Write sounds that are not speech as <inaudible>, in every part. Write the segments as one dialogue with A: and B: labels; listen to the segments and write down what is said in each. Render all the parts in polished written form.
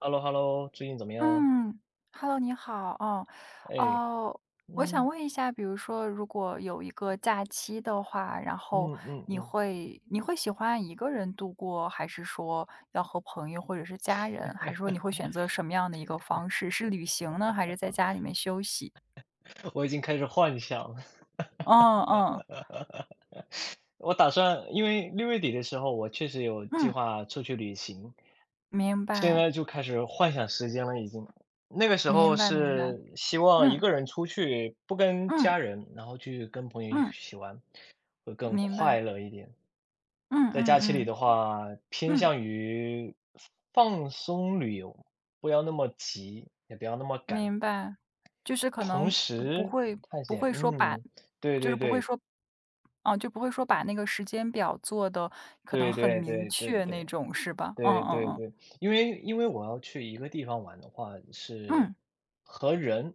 A: h e l l o h e l l o 最近怎么样？
B: 嗯，Hello，你好，哦，
A: 哎。
B: 哦，我想
A: 嗯
B: 问一下，比如说，如果有一个假期的话，然后
A: 嗯嗯
B: 你
A: 嗯，
B: 会你会喜欢一个人度过，还是说要和朋友或者是家人，还是说你会选择什么样的一个方式？是旅行呢，还是在家里面休息？
A: <laughs> 我已经开始幻想
B: 嗯嗯
A: 了。<laughs> 我打算，因为六月底的时候，我确实有计
B: 嗯，
A: 划出去旅行，
B: 明
A: 现
B: 白，
A: 在就开始幻想时间了，已经。那个时候
B: 明白，明白，
A: 是希望一
B: 嗯
A: 个人出去，不跟
B: 嗯
A: 家人，然后去跟朋友一
B: 嗯，
A: 起玩，会更
B: 明白，
A: 快乐一点。
B: 嗯
A: 在假期里
B: 嗯
A: 的
B: 嗯
A: 话，偏
B: 嗯。
A: 向于放松旅游，不要那么急，也不要那么赶。
B: 明白，就是可
A: 同
B: 能不不
A: 时
B: 会
A: 探
B: 不
A: 险，
B: 会说把
A: 对
B: 就是
A: 对
B: 不会
A: 对，
B: 说哦，就不会说把那个时间表做的可能
A: 对
B: 很
A: 对
B: 明
A: 对对
B: 确那
A: 对
B: 种，是吧？嗯
A: 对
B: 嗯
A: 对
B: 嗯，
A: 对，因为我要去一个地方玩的话，是
B: 嗯
A: 和人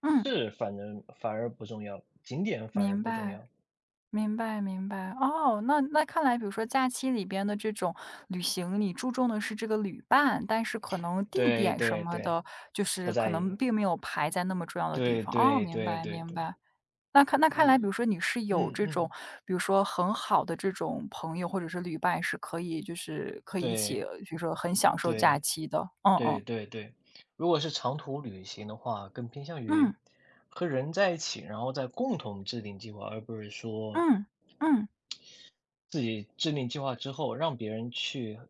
B: 嗯，
A: 事反正反而不重要，景点反而
B: 明
A: 不重
B: 白
A: 要。
B: 明白明白。哦，那看来，比如说假期里边的这种旅行，你注重的是这个旅伴，但是可能地
A: 对
B: 点什
A: 对
B: 么
A: 对，
B: 的，就
A: 不
B: 是可
A: 在意，
B: 能并没有排在那么重要的地
A: 对
B: 方。哦，
A: 对
B: 明
A: 对
B: 白
A: 对
B: 明
A: 对，
B: 白。那看
A: 嗯
B: 来，比如说你是有
A: 嗯
B: 这种，
A: 嗯，
B: 比如说很好的这种朋友或者是旅伴，可以一起，
A: 对
B: 比如说很享受假
A: 对。
B: 期的。嗯
A: 对
B: 嗯
A: 对对，如果是长途旅行的话，更偏向于
B: 嗯
A: 和人在一起，然后再共同制定计划，而不是说
B: 嗯嗯
A: 自己制定计划之后，让别人去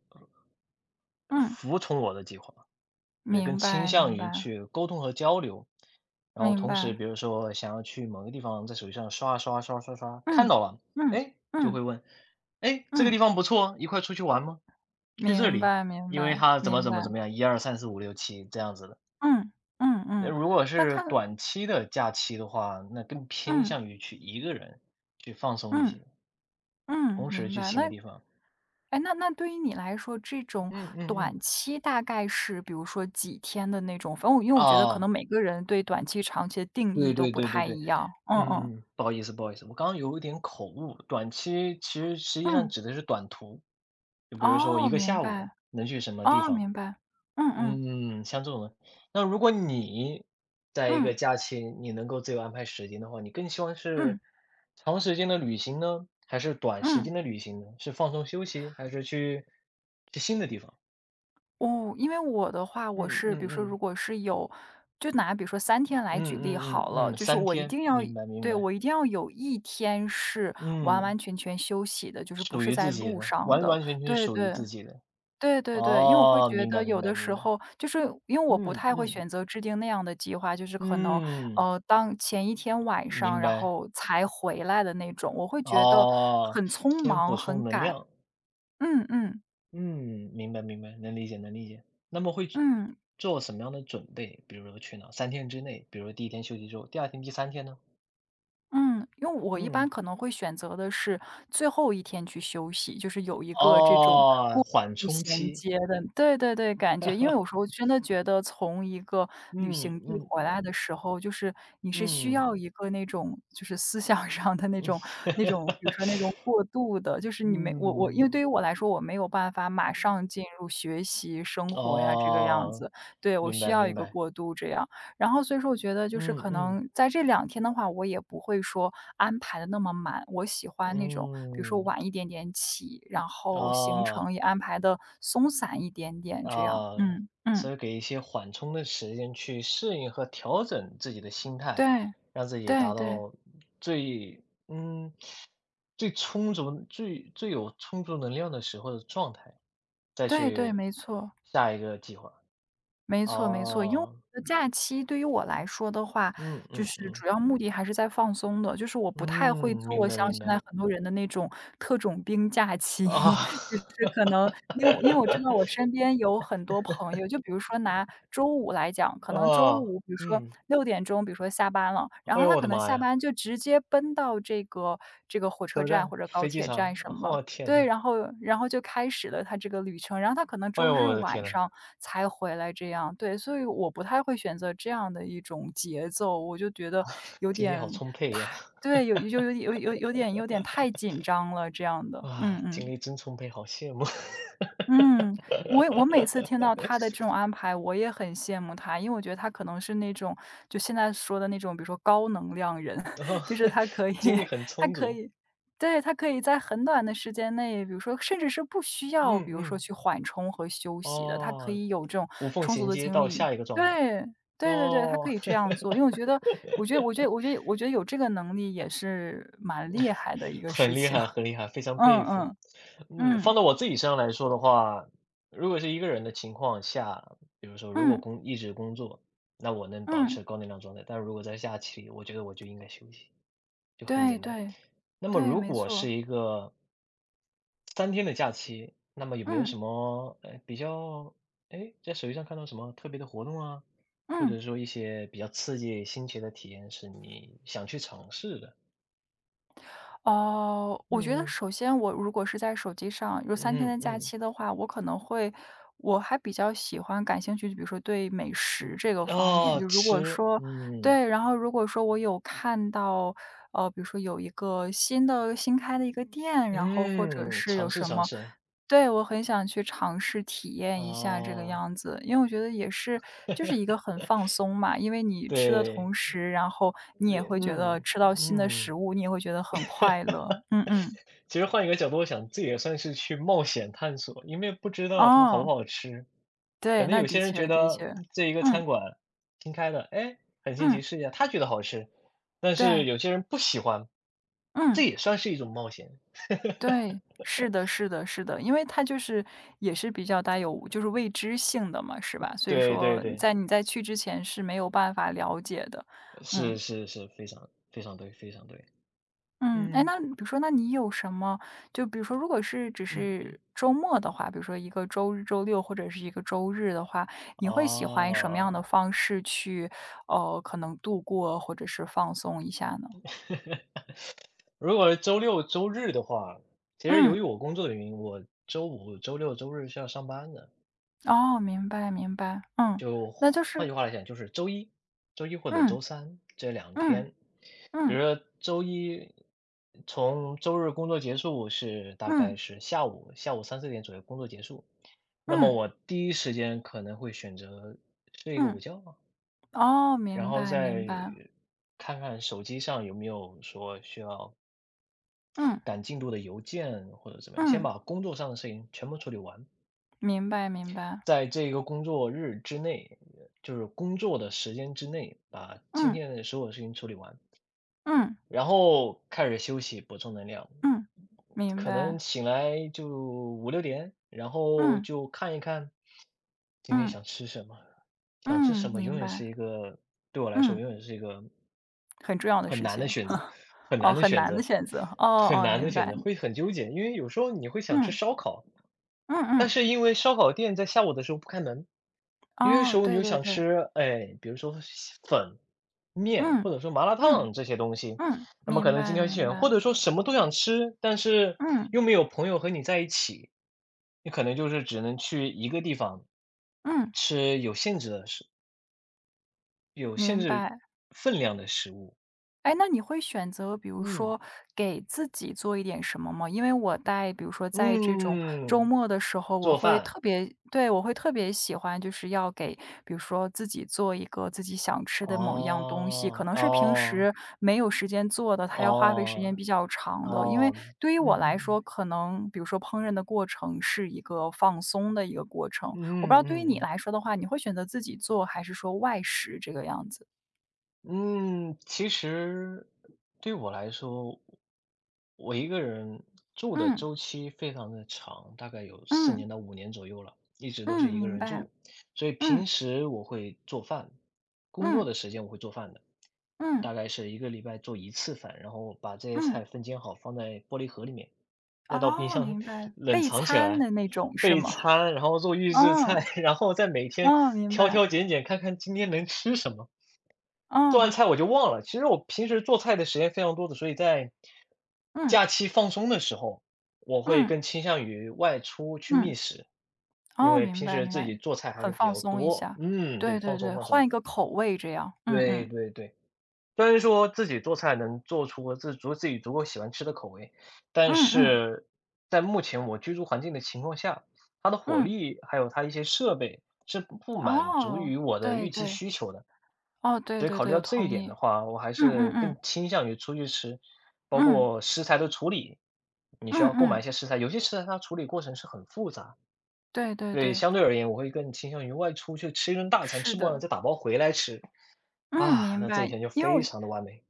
B: 嗯，
A: 服从我的计划，对，更
B: 明
A: 倾
B: 白明
A: 向于
B: 白
A: 去沟通和交流。然后
B: 明
A: 同时，
B: 白，
A: 比如说想要去某个地方，在手机上刷刷刷刷刷，看
B: 嗯
A: 到了，
B: 嗯
A: 哎，就
B: 嗯
A: 会问，哎，这个
B: 嗯，
A: 地方不错，一块出去玩吗？去这
B: 明
A: 里，
B: 白明
A: 因为
B: 白
A: 他怎么
B: 明
A: 怎么
B: 白，
A: 怎么样，一二三四五六七这样子的。
B: 嗯嗯
A: 那
B: 嗯，
A: 如果
B: 那
A: 是
B: 看，
A: 短期的假期的话，那更偏
B: 嗯
A: 向于去一个人去放松一
B: 嗯
A: 些，
B: 嗯，
A: 同时
B: 明
A: 去
B: 白那
A: 新的地方。
B: 哎，那对于你来说，这种
A: 嗯嗯
B: 短
A: 嗯。
B: 期大概是比如说几天的那种，反正我因为我觉得可
A: 啊，
B: 能每个人对短期、长期的定
A: 对
B: 义都
A: 对
B: 不
A: 对对
B: 太
A: 对，
B: 一样。嗯嗯
A: 嗯嗯，不好意思不好意思，我刚刚有一点口误，短期其实实际上
B: 嗯，
A: 指的是短途，就比如说我
B: 哦，
A: 一个
B: 明
A: 下
B: 白，
A: 午能去什么地
B: 哦，
A: 方。
B: 明白，嗯嗯
A: 嗯，像这种的，那如果你在一个
B: 嗯
A: 假期，你能够自由安排时间的话，你更希望是
B: 嗯
A: 长时间的旅行呢，还是短时
B: 嗯，
A: 间的旅行呢？是放松休息，还是去新的地方？
B: 哦，因为我的话，我
A: 嗯
B: 是比如
A: 嗯
B: 说，如
A: 嗯
B: 果是有，就拿比如说三天来举
A: 嗯
B: 例
A: 嗯
B: 好
A: 嗯
B: 了，
A: 嗯，
B: 就是
A: 三
B: 我一
A: 天，
B: 定要。
A: 明白明
B: 对，
A: 白，
B: 我一定要有一天是完
A: 嗯，
B: 完全全休息的，就是不
A: 属
B: 是
A: 于
B: 在
A: 自己
B: 路
A: 的，
B: 上
A: 完
B: 的。
A: 完全全
B: 对
A: 属于
B: 对，
A: 自己的。
B: 对对对，因为我会
A: 哦，
B: 觉
A: 明白
B: 得
A: 明
B: 有
A: 白
B: 的
A: 明
B: 时
A: 白，
B: 候就是因为我不
A: 嗯
B: 太会
A: 嗯
B: 选择制定那样的计划，就是可能，
A: 嗯，
B: 当前一天晚上，
A: 明
B: 然
A: 白。
B: 后才回来的那种，我会觉得
A: 哦，
B: 很匆
A: 先补
B: 忙，很
A: 充能
B: 赶。
A: 量。
B: 嗯嗯，
A: 嗯，明白明白，能理解能理解。那么会去
B: 嗯。
A: 做什么样的准备？比如说去哪？三天之内，比如说第一天休息之后，第二天、第三天呢？
B: 嗯，因为我一般
A: 嗯，
B: 可能会选择的是最后一天去休息，就是有一个这种
A: 哦，
B: 过
A: 缓
B: 渡
A: 冲
B: 衔
A: 期。
B: 接的对对对，感觉。因为有时候真的觉得从一个旅
A: 嗯
B: 行地
A: 嗯
B: 回来的时候，就是你是需
A: 嗯
B: 要一个那种就是思想上的那
A: 嗯
B: 种比如说那
A: <laughs>，
B: 种过渡的，就是你没我我因
A: 嗯，
B: 为对于我来说，我没有办法马上进入学习、生活呀，这个样
A: 哦，
B: 子。对，我
A: 明
B: 需
A: 白
B: 要一
A: 明
B: 个
A: 白。
B: 过渡这样。然后所以说我觉得就是
A: 嗯
B: 可
A: 嗯
B: 能在这两天的话，我也不会说安排的那么满，我喜欢那种比如说
A: 嗯，
B: 晚一点点起，然后行
A: 哦，
B: 程也安排的松散一点点这样。
A: 啊，
B: 嗯，嗯，
A: 所以给一些缓冲的时间去适应和调整自己的心态，
B: 对，
A: 让自己
B: 对
A: 达
B: 对，
A: 到最嗯，最充足、最有充足能量的时候的状态，再
B: 对对，
A: 去
B: 没错。
A: 下一个计划。
B: 没错没错，因为我
A: 哦，
B: 觉得假期对于我来说的话，
A: 嗯
B: 就
A: 嗯
B: 是
A: 嗯，
B: 主要目的还是在放松的，就是我不太会
A: 嗯，明
B: 做
A: 白
B: 像
A: 明
B: 现在
A: 白。
B: 很多人的那种特种兵假期，
A: 啊，
B: <laughs> 就是可能因
A: <laughs>
B: 为因为我知道我身边有很多朋友，就比如说拿周五来讲，可能周
A: 啊
B: 五比如说
A: 嗯，
B: 6点钟，比如说下班了，然
A: 哎
B: 后
A: 呦
B: 他
A: 我
B: 可
A: 的
B: 能
A: 妈
B: 下
A: 呀！
B: 班就直接奔到这个火车
A: 车
B: 站
A: 站、
B: 或者高
A: 飞机
B: 铁
A: 场，
B: 站什么，
A: 哦天
B: 对，
A: 呐，
B: 然后就开始了他这个旅程，然后他可能
A: 哎
B: 周
A: 呦
B: 日
A: 我的
B: 晚
A: 天呐，
B: 上才回来这样，对，所以我不太会选择这样的一种节奏，我就觉得有
A: 精力好
B: 点
A: 充沛呀！
B: 对，有有点太紧张了这样的，
A: 啊，
B: 嗯
A: 精
B: 嗯。
A: 力真充沛，好羡慕。<laughs>
B: 嗯，我每次听到他的这种安排，我也很羡慕他，因为我觉得他可能是那种就现在说的那种，比如说高能量人，
A: 然后
B: <laughs> 就是他可以
A: <laughs> 精力很
B: <laughs> 他
A: 充
B: 可
A: 足，
B: 以对，他可以在很短的时间内，比如说甚至是不需要，
A: 嗯
B: 比如说
A: 嗯，
B: 去缓冲和休息的，他可
A: 哦，
B: 以有这种
A: 无缝
B: 充足
A: 衔
B: 的
A: 接
B: 精
A: 到
B: 力。
A: 下一个状态，
B: 对，对对对，他可
A: 哦，
B: 以这样做，因为
A: <laughs>
B: 我觉得有这个能力也是蛮厉害的一个事
A: 很厉
B: 情。
A: 害
B: <laughs>
A: 很厉害，非常
B: 嗯
A: 佩服。
B: 嗯，
A: 嗯，放
B: 嗯，
A: 到我自己身上来说的话，如果是一个人的情况下，比如说如果
B: 嗯，
A: 一直工作，那我能保
B: 嗯，
A: 持高能量状态，但是如果在假期里，我觉得我就应该休息。就很
B: 对
A: 简单。
B: 对。
A: 那么
B: 对，
A: 如
B: 没
A: 果
B: 错。
A: 是一个三天的假期，那么有没有
B: 嗯，
A: 什么比较，哎，在手机上看到什么特别的活动啊，或
B: 嗯。
A: 者说一些比较刺激新奇的体验是你想去尝试的？
B: 哦，我觉得
A: 嗯
B: 首先我如果是在手机上有三天
A: 嗯
B: 的假
A: 嗯，
B: 期的话，我可能会我还比较喜欢感兴趣，比如说对美食这个方面，
A: 哦，
B: 就如果
A: 吃，
B: 说
A: 嗯
B: 对，然后如果说我有看到，比如说有一个新开的一个店，然后或者
A: 嗯，
B: 是有
A: 尝试
B: 什
A: 尝
B: 么
A: 试
B: 对，我很想去尝试体验一下这个
A: 啊，
B: 样子，因为我觉得也是就是一个很放松嘛，因为你吃的
A: 对，
B: 同时，然后你也
A: 对，
B: 会觉
A: 嗯
B: 得吃到新的食
A: 嗯。
B: 物，你也会觉得很快乐。嗯嗯，
A: 其实换一个角度想，这也算是去冒险探索，因为不知道它好不
B: 哦，
A: 好吃。可
B: 对，
A: 能
B: 那
A: 有
B: 的
A: 些人觉
B: 确的
A: 得
B: 确，
A: 这一个
B: 嗯
A: 餐馆新开的，哎，很新
B: 嗯，
A: 奇，试一下，他觉得好吃，但是
B: 对，
A: 有些人不喜欢，这
B: 嗯
A: 也算是一种冒险。
B: 对，是的是的是的，因为它就是也是比较带有就是未知性的嘛，是吧？所以
A: 对对
B: 说
A: 对，
B: 在去之前是没有办法了解的，
A: 是
B: 嗯。
A: 是是，非常非常对，非常对。
B: 嗯，哎，
A: 嗯
B: 那比如说，那你有什么就比如说，如果是只
A: 嗯
B: 是
A: 嗯。
B: 周末的话，比如说一个周日、周六或者是一个周日的话，你会喜欢什么
A: 哦，
B: 样的方式去，可能度过或者是放松一下呢？
A: 如果是周六周日的话，其实由
B: 嗯，
A: 于我工作的原因，我周五、周六、周日是要上班的。
B: 哦，明白明白，嗯，
A: 就
B: 那就
A: 换
B: 是
A: 句话来讲，就是周一或者
B: 嗯
A: 周三这两
B: 嗯
A: 天，比如
B: 嗯
A: 说周一从周日工作结束是大概
B: 嗯
A: 是下午三四点左右工作结束，那么
B: 嗯
A: 我第一时间可能会选择睡一个午
B: 嗯，
A: 觉，
B: 哦，明
A: 然后
B: 白明
A: 再
B: 白，
A: 看看手机上有没有说需要
B: 嗯
A: 赶进度的邮件或者怎么样，先
B: 嗯，
A: 把工作上的事情全部处理完。
B: 明白明白，
A: 在这个工作日之内，就是工作的时间之内，把今
B: 嗯
A: 天的所有事情处理完。
B: 嗯
A: 然后开始休息，补充能量。
B: 嗯，明
A: 可
B: 白，
A: 能醒来就五六点，然后
B: 嗯
A: 就看一看今天
B: 嗯
A: 想吃什么，想吃
B: 嗯，
A: 什么永
B: 明
A: 远是
B: 白。
A: 一个对我来说
B: 嗯，
A: 永远是一个
B: 很重要的
A: 很
B: 事
A: 难
B: 情。
A: 的选择，
B: <laughs>
A: 很
B: 哦，
A: 难的
B: 很
A: 选
B: 难的
A: 择，
B: 选择。哦
A: 很
B: 哦，
A: 难的
B: 明
A: 选
B: 白。
A: 择，会很纠结。因为有时候你会想吃
B: 嗯，
A: 烧烤，
B: 嗯
A: 但
B: 嗯，
A: 是因为烧烤店在下午的时候不开门，有些
B: 哦，
A: 时候你
B: 对
A: 又
B: 对
A: 想
B: 对，
A: 吃，哎，比如说粉、面，或
B: 嗯，
A: 者说麻辣
B: 嗯，
A: 烫这些东西，
B: 嗯，
A: 那么
B: 明
A: 可能精
B: 白
A: 挑细
B: 明
A: 选，或
B: 白，
A: 者说什么都想吃，但是
B: 嗯，
A: 又没有朋友和你在一起，你可能就是只能去一个地方
B: 嗯，
A: 吃有限
B: 明
A: 制
B: 白。
A: 分量的食物。
B: 哎，那你会选择比如
A: 嗯，
B: 说给自己做一点什么吗？因为比如说在这种周
A: 嗯，
B: 末的时候，我
A: 做
B: 会
A: 饭。
B: 特别对，我会特别喜欢，就是要给比如说自己做一个自己想吃的某一样东西，可
A: 哦，
B: 能是平
A: 哦，
B: 时没有时间做的，它要花费时间
A: 哦，
B: 比较长的。因为
A: 哦，
B: 对于
A: 嗯嗯
B: 我来
A: 嗯，
B: 说，可能比如说烹饪的过程是一个放松的一个过程。
A: 嗯
B: 我不知道
A: 嗯
B: 对于你
A: 嗯
B: 来说的话，你会选择自己做，还是说外食这个样子？
A: 嗯，其实对我来说，我一个人住的
B: 嗯
A: 周期非常的长，大概有四
B: 嗯
A: 年到五年左右了，一直都
B: 嗯，
A: 是一个
B: 明
A: 人
B: 白。
A: 住，所以
B: 嗯，
A: 平时我会做饭，工作
B: 嗯，
A: 的时间我会做饭的，
B: 嗯，
A: 大概是一个礼拜做一次饭，然后把这些
B: 嗯，
A: 菜分拣好放在玻璃盒里面，再到冰
B: 哦，
A: 箱
B: 明
A: <laughs>
B: 白，
A: 冷
B: 备
A: 藏起
B: 餐
A: 来，
B: 的那种是
A: 备
B: 吗？
A: 餐，然后做预制菜，
B: 嗯，
A: <laughs> 然后再每天
B: 嗯，明
A: 挑
B: 白，
A: 挑拣拣，看看今天能吃什么。做
B: 嗯，
A: 完菜我就忘了，其实我平时做菜的时间非常多的，所以在
B: 嗯，
A: 假期放松的时候，我会
B: 嗯，
A: 更倾向于外出去觅
B: 嗯，
A: 食，因
B: 哦，
A: 为
B: 明
A: 平
B: 白
A: 时
B: 明
A: 自
B: 白，
A: 己做菜还
B: 很
A: 是比
B: 放
A: 较
B: 松一
A: 多。
B: 下，
A: 嗯，
B: 对
A: 对，
B: 对
A: 放松
B: 对，
A: 放
B: 换
A: 松。
B: 一个口味这样，嗯
A: 对
B: 嗯，
A: 对对，虽然说自己做菜能做出自己足够喜欢吃的口味，但
B: 嗯嗯，
A: 是在目前我居住环境的情况下，它的火
B: 嗯，
A: 力还有它一些设备是不满足
B: 哦，
A: 于我的
B: 对
A: 预期
B: 对，
A: 需求的。
B: 哦，对
A: 所以
B: 对
A: 考虑
B: 对，
A: 到这一
B: 同
A: 点
B: 意，
A: 的话，我还
B: 嗯嗯
A: 是
B: 嗯，
A: 更倾向于出去吃，包
B: 嗯，
A: 括食材的处理，你需
B: 嗯
A: 要购买一
B: 嗯，
A: 些食材，有些食材它处理过程是很复杂，
B: 对对
A: 对，
B: 对，
A: 相对而言，我会更倾向于外出去吃一顿大餐，
B: 是
A: 吃不完了
B: 的，
A: 再打包回来吃，
B: 嗯，
A: 啊，
B: 明
A: 那这一
B: 白，
A: 天就
B: 因
A: 非
B: 为
A: 常的完美。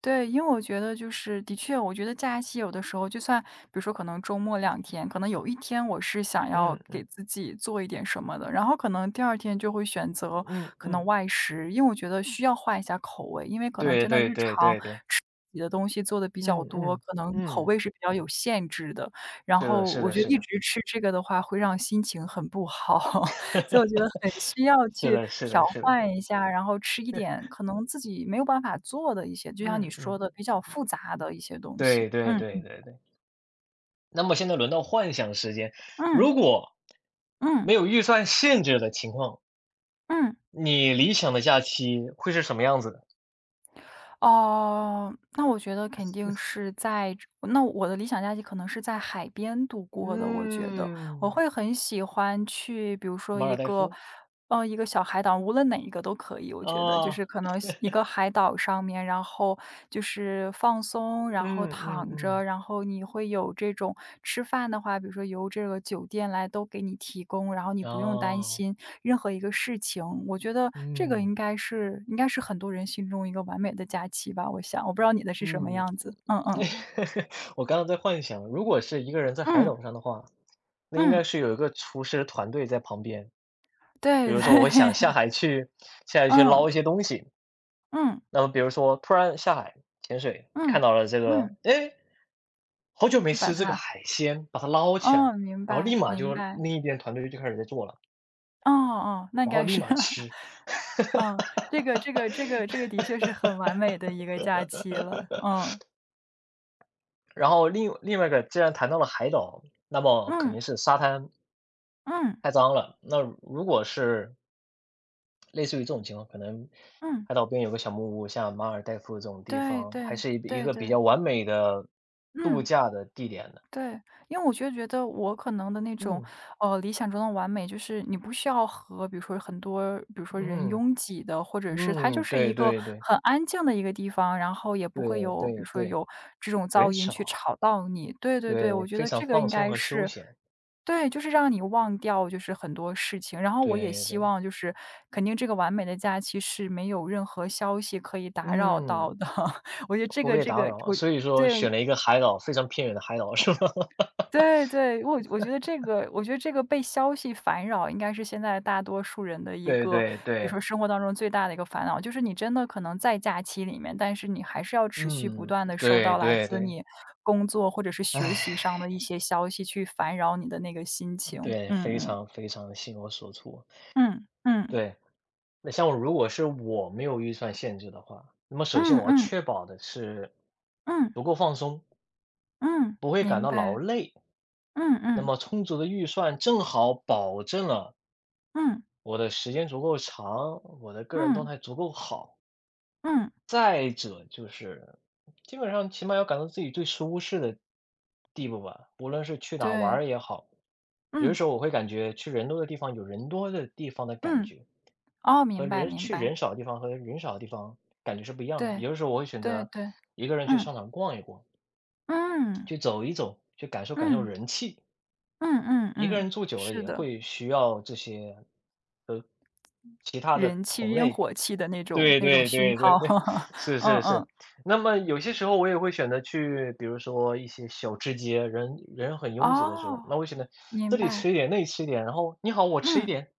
B: 对，因为我觉得就是的确，我觉得假期有的时候，就算比如说可能周末两天，可能有一天我是想要
A: 嗯
B: 给
A: 嗯
B: 自己做一点什么的，然后可能第二天就会选择
A: 嗯
B: 可能
A: 嗯。
B: 外食，因为我觉得需要换一下口味，因为可能
A: 对
B: 真的
A: 对
B: 日
A: 对
B: 常
A: 对对。
B: 你的东西做的比较
A: 嗯
B: 多，
A: 嗯
B: 可能口
A: 嗯。
B: 味是比较有限制的。然
A: 是的
B: 后
A: 是
B: 我
A: 的
B: 觉得
A: 是
B: 一
A: 的，
B: 直吃这个的话，会让心情很不好，<laughs> 所以我觉得
A: <laughs>
B: 很需要
A: 是
B: 去
A: 的是
B: 调
A: 的是的。
B: 换一下，然后吃一点
A: <laughs>
B: 可能自己没有办法做的一些，就像你
A: 嗯
B: 说
A: 嗯。
B: 的比较复杂的一些东西。
A: 对对
B: 嗯，
A: 对对对。那么现在轮到幻想时间，
B: 嗯，
A: 如果
B: 嗯，
A: 没有预算限制的情况，
B: 嗯。
A: 你理想的假期会是什么样子的？
B: 哦，那我觉得肯定是在这那我的理想假期可能是在海边度过的，我觉得。我
A: 嗯。
B: 会很喜欢去，比如说
A: 马
B: 一
A: 尔代
B: 个
A: 夫？
B: 呃，一个小海岛，无论哪一个都可以，我觉得。就
A: 啊，
B: 是可能是一个海岛上面，然后就是放松，然后
A: 嗯嗯
B: 躺着，
A: 嗯。
B: 然后你会有这种吃饭的话，比如说由这个酒店来都给你提供，然后你不用担
A: 哦，
B: 心任何一个事情。我觉得这个
A: 嗯，
B: 应该是很多人心中一个完美的假期吧，我想。我不知道你的是什么
A: 嗯，
B: 样子，嗯嗯。
A: <laughs> 我刚刚在幻想，如果是一个人在海
B: 嗯，
A: 岛上的话，那应该
B: 嗯，
A: 是有一个厨师团队在旁边。比
B: 对对，
A: 如说我会想下海
B: <laughs>
A: 去
B: 嗯，
A: 捞一些东西，
B: 嗯，
A: 那么比如说突然下海潜水，看
B: 嗯，
A: 到了这个，
B: 嗯，
A: 哎，好久没
B: 把
A: 吃这个
B: 它
A: 海鲜，把它捞起来，
B: 哦，明
A: 然后
B: 白
A: 立马
B: 明
A: 就
B: 白。
A: 另一边团队就开始在做了，
B: 哦哦，那应
A: 然后
B: 该
A: 立
B: 是，
A: 马
B: <laughs>
A: 吃。
B: 嗯，这个的确是很完美的
A: <laughs>
B: 一个假期了，嗯。
A: 然后另外一个既然谈到了海岛，那么肯
B: 嗯，
A: 定是沙滩
B: 嗯，
A: 太脏了，那如果是类似于这种情况，可能
B: 嗯，
A: 海岛边有个小木屋，像马尔代夫这种地
B: 对
A: 方，还
B: 对，
A: 是一一
B: 对
A: 个比
B: 对，
A: 较完美的度
B: 嗯。
A: 假的地点呢。
B: 对，因为我就觉得我可能的那种，
A: 嗯，
B: 理想中的完美，就是你不需要和比如说很多，比如说人
A: 嗯，
B: 拥挤的，或者是它就
A: 嗯，
B: 是
A: 对
B: 一个
A: 对对，
B: 很安静的一个地方，然后也不会
A: 对
B: 有比
A: 对
B: 如说
A: 对，
B: 有这种噪
A: 人
B: 音去
A: 少，
B: 吵到你。对对对，
A: 对，
B: 我觉
A: 非
B: 得
A: 常
B: 这个
A: 放
B: 应
A: 松
B: 该
A: 和休
B: 是
A: 闲，
B: 对，就是让你忘掉就是很多事情。然后我也
A: 对
B: 希
A: 对，
B: 望就是肯定这个完美的假期是没有任何消息可以打扰到
A: 嗯，
B: 的。<laughs> 我觉得这
A: 不
B: 个
A: 被
B: 这
A: 打
B: 个
A: 扰啊，所以说选
B: 对
A: 了一个海岛，非常偏远的海岛是吧？<laughs>
B: 对对，我觉得这个被消息烦扰应该是现在大多数人的一
A: 对
B: 个，
A: 对
B: 比如
A: 对，
B: 说生活当中最大的一个烦恼，就是你真的可能在假期里面，但是你还是要持续不
A: 嗯，
B: 断的收
A: 对
B: 到来
A: 对
B: 自
A: 对，
B: 你工作或者是学习
A: 唉。
B: 上的一些消息去烦扰你的那个心情。
A: 对，
B: 嗯
A: 非
B: 嗯
A: 常非常地心有所处。
B: 嗯嗯
A: 对，那像我如果是我没有预算限制的话，那么首先
B: 嗯
A: 我要
B: 嗯
A: 确保的是
B: 嗯
A: 足够放松，
B: 嗯，
A: 不会感
B: 明
A: 到劳
B: 白。
A: 累。
B: 嗯
A: 那
B: 嗯
A: 么充足的预算正好保证了
B: 嗯
A: 我的时间足够长，我的个人状
B: 嗯
A: 态足够好。
B: 嗯，
A: 再者就是，基本上起码要感到自己最舒适的地步吧，无论是去哪玩
B: 对，
A: 儿也好，有的
B: 嗯
A: 时候我会感觉去人多的地方有人多的地方的感
B: 嗯，
A: 觉，
B: 哦，
A: 和
B: 明白
A: 人
B: 明
A: 去人
B: 白，
A: 少的地方和人少的地方感觉是不一样的。
B: 对
A: 有的时候我会选
B: 对
A: 择
B: 对，
A: 一个人去
B: 嗯。
A: 商场逛一逛，
B: 嗯，
A: 去走一走，去感受感受
B: 嗯，
A: 人气。
B: 嗯嗯
A: 一个
B: 嗯，
A: 人住久了
B: 是
A: 也
B: 的，
A: 会需要这些，呃，其他的
B: 人气
A: 同
B: 烟
A: 类。
B: 火气的那种
A: 对
B: 那种
A: 对
B: 熏
A: 对对
B: 陶，
A: 对，
B: <laughs>
A: 是
B: 嗯
A: 是
B: 嗯，
A: 是。那么有些时候我也会选择去，比如说一些小吃街，人人很拥挤的时候，
B: 哦，
A: 那我选择
B: 明
A: 这里吃
B: 白，
A: 一点，那里吃一点，然后你好，我吃一
B: 嗯
A: 点，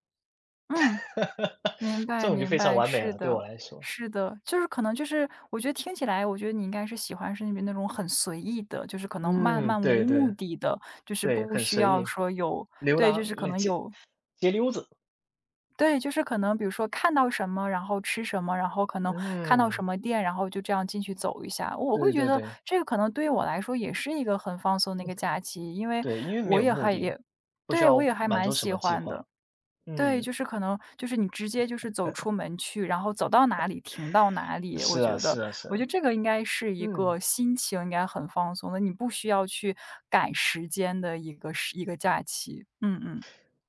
B: 嗯，
A: <laughs>
B: 明
A: 这
B: 白
A: 种就
B: 明
A: 非常
B: 白，
A: 完美
B: 是
A: 了，对
B: 的，
A: 我来说。
B: 是的，就是可能就是我觉得听起来，我觉得你应该是喜欢是那边那种很随意的，就是可能漫
A: 嗯，
B: 漫无
A: 对
B: 目
A: 对
B: 的的，就是
A: 对，
B: 不
A: 很
B: 需
A: 随
B: 要
A: 意，
B: 说有
A: 溜
B: 对，就
A: 达
B: 是可
A: 那
B: 能
A: 街
B: 有
A: 街溜子，
B: 对，就是可能比如说看到什么，然后吃什么，然后可能看到什
A: 嗯，
B: 么店，然后就这样进去走一下。我会
A: 对
B: 觉
A: 对
B: 得
A: 对
B: 这个可能对于我来说也是一个很放松的一个假期，因为
A: 对，因为没
B: 我
A: 有
B: 也
A: 目
B: 还
A: 的，
B: 也
A: 不需
B: 对，我
A: 要
B: 也还
A: 满
B: 蛮
A: 足什
B: 喜
A: 么计
B: 欢的。
A: 划，
B: 对，
A: 嗯，
B: 就是可能就是你直接就是走出门去，然后走到哪里停到哪里，
A: 是啊是啊是
B: 我觉
A: 啊，
B: 得这个应该是一
A: 嗯。
B: 个心情应该很放松的，你不需要去赶时间的一个假期。嗯嗯。